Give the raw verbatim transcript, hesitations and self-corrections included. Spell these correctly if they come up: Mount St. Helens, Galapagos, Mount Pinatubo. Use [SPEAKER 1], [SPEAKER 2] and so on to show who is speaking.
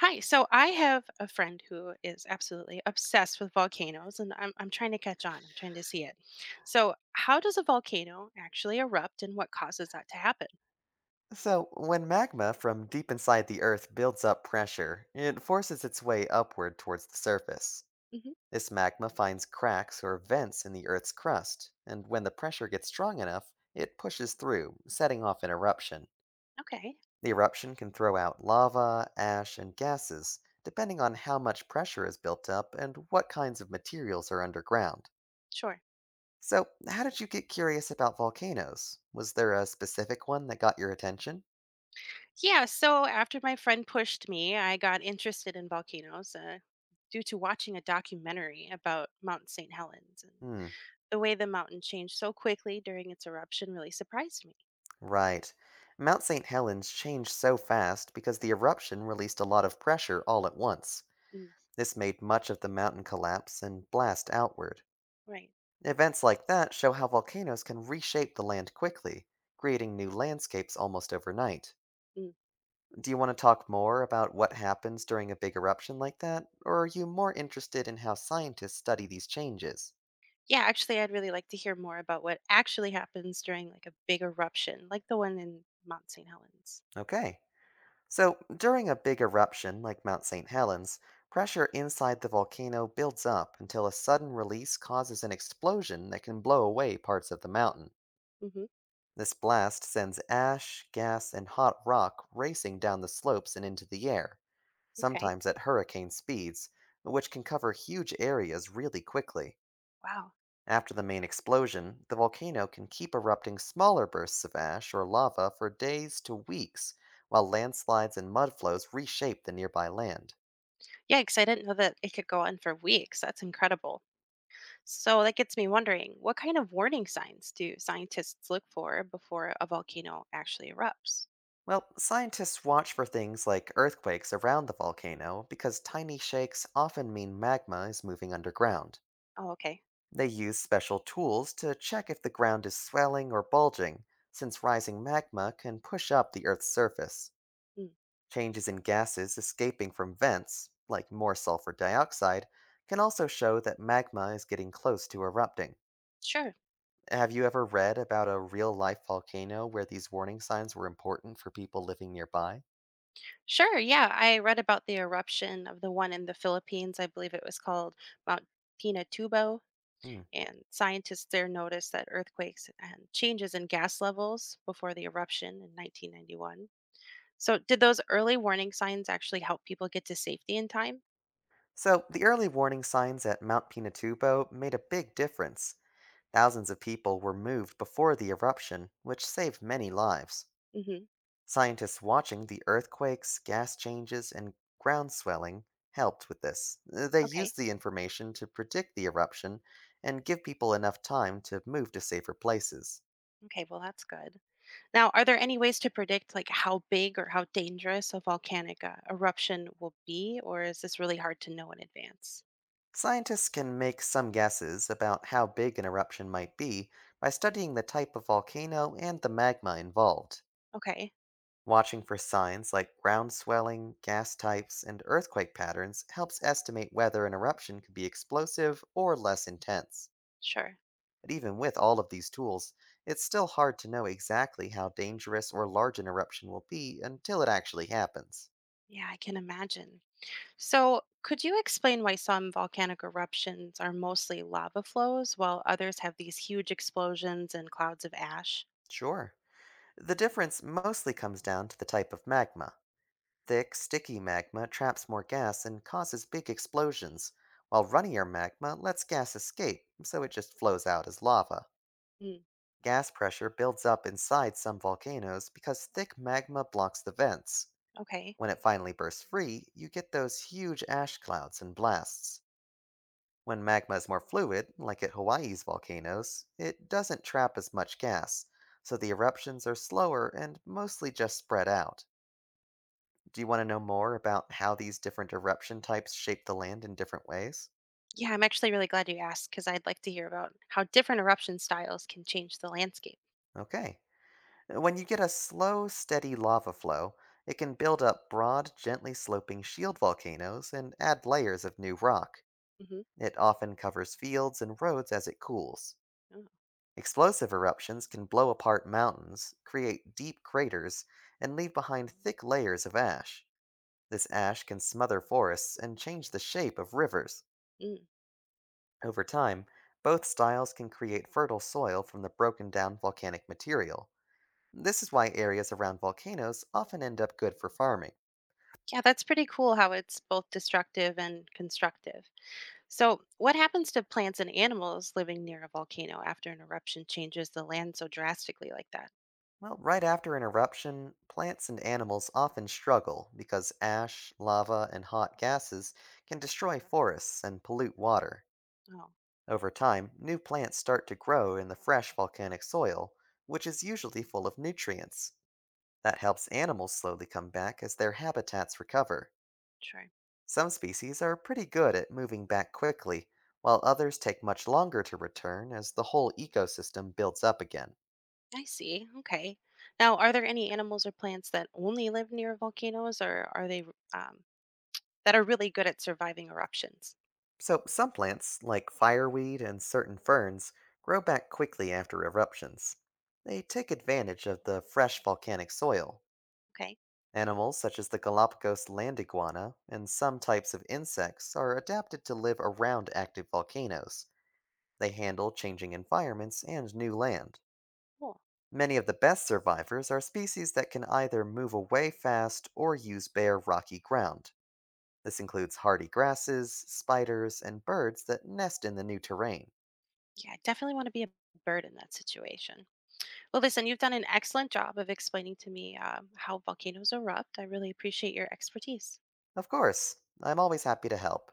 [SPEAKER 1] Hi. So I have a friend who is absolutely obsessed with volcanoes, and I'm, I'm trying to catch on. I'm trying to see it. So, how does a volcano actually erupt and what causes that to happen?
[SPEAKER 2] So, when magma from deep inside the Earth builds up pressure, it forces its way upward towards the surface.
[SPEAKER 1] hmm
[SPEAKER 2] This magma finds cracks or vents in the Earth's crust, and when the pressure gets strong enough, it pushes through, setting off an eruption.
[SPEAKER 1] Okay,
[SPEAKER 2] The eruption can throw out lava, ash, and gases, depending on how much pressure is built up and what kinds of materials are underground.
[SPEAKER 1] sure.
[SPEAKER 2] So, how did you get curious about volcanoes? Was there a specific one that got your attention?
[SPEAKER 1] Yeah. So, after my friend pushed me, I got interested in volcanoes uh, due to watching a documentary about Mount Saint Helens. And
[SPEAKER 2] Hmm,
[SPEAKER 1] the way the mountain changed so quickly during its eruption really surprised me.
[SPEAKER 2] right. Mount Saint Helens changed so fast because the eruption released a lot of pressure all at once.
[SPEAKER 1] Mm,
[SPEAKER 2] This made much of the mountain collapse and blast outward.
[SPEAKER 1] right.
[SPEAKER 2] Events like that show how volcanoes can reshape the land quickly, creating new landscapes almost overnight.
[SPEAKER 1] Mm.
[SPEAKER 2] Do you want to talk more about what happens during a big eruption like that, or are you more interested in how scientists study these changes?
[SPEAKER 1] Yeah, actually, I'd really like to hear more about what actually happens during like a big eruption, like the one in Mount Saint Helens.
[SPEAKER 2] Okay. So, during a big eruption like Mount Saint Helens, pressure inside the volcano builds up until a sudden release causes an explosion that can blow away parts of the mountain.
[SPEAKER 1] hmm
[SPEAKER 2] This blast sends ash, gas, and hot rock racing down the slopes and into the air,
[SPEAKER 1] Okay.
[SPEAKER 2] sometimes at hurricane speeds, which can cover huge areas really quickly.
[SPEAKER 1] Wow.
[SPEAKER 2] After the main explosion, the volcano can keep erupting smaller bursts of ash or lava for days to weeks, while landslides and mudflows reshape the nearby land.
[SPEAKER 1] Yeah, because I didn't know that it could go on for weeks. That's incredible. So that gets me wondering what kind of warning signs do scientists look for before a volcano actually erupts?
[SPEAKER 2] Well, scientists watch for things like earthquakes around the volcano because tiny shakes often mean magma is moving underground.
[SPEAKER 1] Oh, okay.
[SPEAKER 2] They use special tools to check if the ground is swelling or bulging, since rising magma can push up the Earth's surface.
[SPEAKER 1] Mm,
[SPEAKER 2] Changes in gases escaping from vents, like more sulfur dioxide, can also show that magma is getting close to erupting.
[SPEAKER 1] sure.
[SPEAKER 2] Have you ever read about a real life volcano where these warning signs were important for people living nearby?
[SPEAKER 1] Sure. Yeah. I read about the eruption of the one in the Philippines. I believe it was called Mount Pinatubo.
[SPEAKER 2] Hmm.
[SPEAKER 1] And scientists there noticed that earthquakes and changes in gas levels before the eruption in nineteen ninety-one. So, did those early warning signs actually help people get to safety in time?
[SPEAKER 2] So, the early warning signs at Mount Pinatubo made a big difference. Thousands of people were moved before the eruption, which saved many lives.
[SPEAKER 1] hmm
[SPEAKER 2] Scientists watching the earthquakes, gas changes, and ground swelling helped with this. Uh, They
[SPEAKER 1] Okay.
[SPEAKER 2] used the information to predict the eruption and give people enough time to move to safer places.
[SPEAKER 1] Okay. Well, that's good. Now, are there any ways to predict like how big or how dangerous a volcanic uh, eruption will be, or is this really hard to know in advance?
[SPEAKER 2] Scientists can make some guesses about how big an eruption might be by studying the type of volcano and the magma involved.
[SPEAKER 1] Okay.
[SPEAKER 2] Watching for signs like ground swelling, gas types, and earthquake patterns helps estimate whether an eruption could be explosive or less intense.
[SPEAKER 1] Sure.
[SPEAKER 2] But even with all of these tools, it's still hard to know exactly how dangerous or large an eruption will be until it actually happens.
[SPEAKER 1] Yeah, I can imagine. So, could you explain why some volcanic eruptions are mostly lava flows while others have these huge explosions and clouds of ash?
[SPEAKER 2] Sure. The difference mostly comes down to the type of magma. Thick, sticky magma traps more gas and causes big explosions, while runnier magma lets gas escape, so it just flows out as lava.
[SPEAKER 1] Mm,
[SPEAKER 2] Gas pressure builds up inside some volcanoes because thick magma blocks the vents.
[SPEAKER 1] okay.
[SPEAKER 2] When it finally bursts free, you get those huge ash clouds and blasts. When magma is more fluid, like at Hawaii's volcanoes, it doesn't trap as much gas, so the eruptions are slower and mostly just spread out. Do you want to know more about how these different eruption types shape the land in different ways?
[SPEAKER 1] Yeah, I'm actually really glad you asked because I'd like to hear about how different eruption styles can change the landscape.
[SPEAKER 2] Okay. When you get a slow, steady lava flow, it can build up broad, gently sloping shield volcanoes and add layers of new rock.
[SPEAKER 1] hmm
[SPEAKER 2] It often covers fields and roads as it cools.
[SPEAKER 1] Oh.
[SPEAKER 2] Explosive eruptions can blow apart mountains, create deep craters, and leave behind thick layers of ash. This ash can smother forests and change the shape of rivers.
[SPEAKER 1] Mm.
[SPEAKER 2] Over time, both styles can create fertile soil from the broken down volcanic material. This is why areas around volcanoes often end up good for farming.
[SPEAKER 1] Yeah, that's pretty cool how it's both destructive and constructive. So, what happens to plants and animals living near a volcano after an eruption changes the land so drastically like that?
[SPEAKER 2] Well, right after an eruption, plants and animals often struggle because ash, lava, and hot gases can destroy forests and pollute water.
[SPEAKER 1] Oh,
[SPEAKER 2] Over time, new plants start to grow in the fresh volcanic soil, which is usually full of nutrients. That helps animals slowly come back as their habitats recover.
[SPEAKER 1] sure.
[SPEAKER 2] Some species are pretty good at moving back quickly, while others take much longer to return as the whole ecosystem builds up again.
[SPEAKER 1] I see. Okay. Now, are there any animals or plants that only live near volcanoes, or are they um, that are really good at surviving eruptions?
[SPEAKER 2] So, some plants, like fireweed and certain ferns, grow back quickly after eruptions. They take advantage of the fresh volcanic soil.
[SPEAKER 1] Okay.
[SPEAKER 2] Animals such as the Galapagos land iguana and some types of insects are adapted to live around active volcanoes. They handle changing environments and new land.
[SPEAKER 1] Cool.
[SPEAKER 2] Many of the best survivors are species that can either move away fast or use bare rocky ground. This includes hardy grasses, spiders, and birds that nest in the new terrain.
[SPEAKER 1] Yeah, I definitely want to be a bird in that situation. Well, listen, you've done an excellent job of explaining to me um, how volcanoes erupt. I really appreciate your expertise.
[SPEAKER 2] Of course, I'm always happy to help.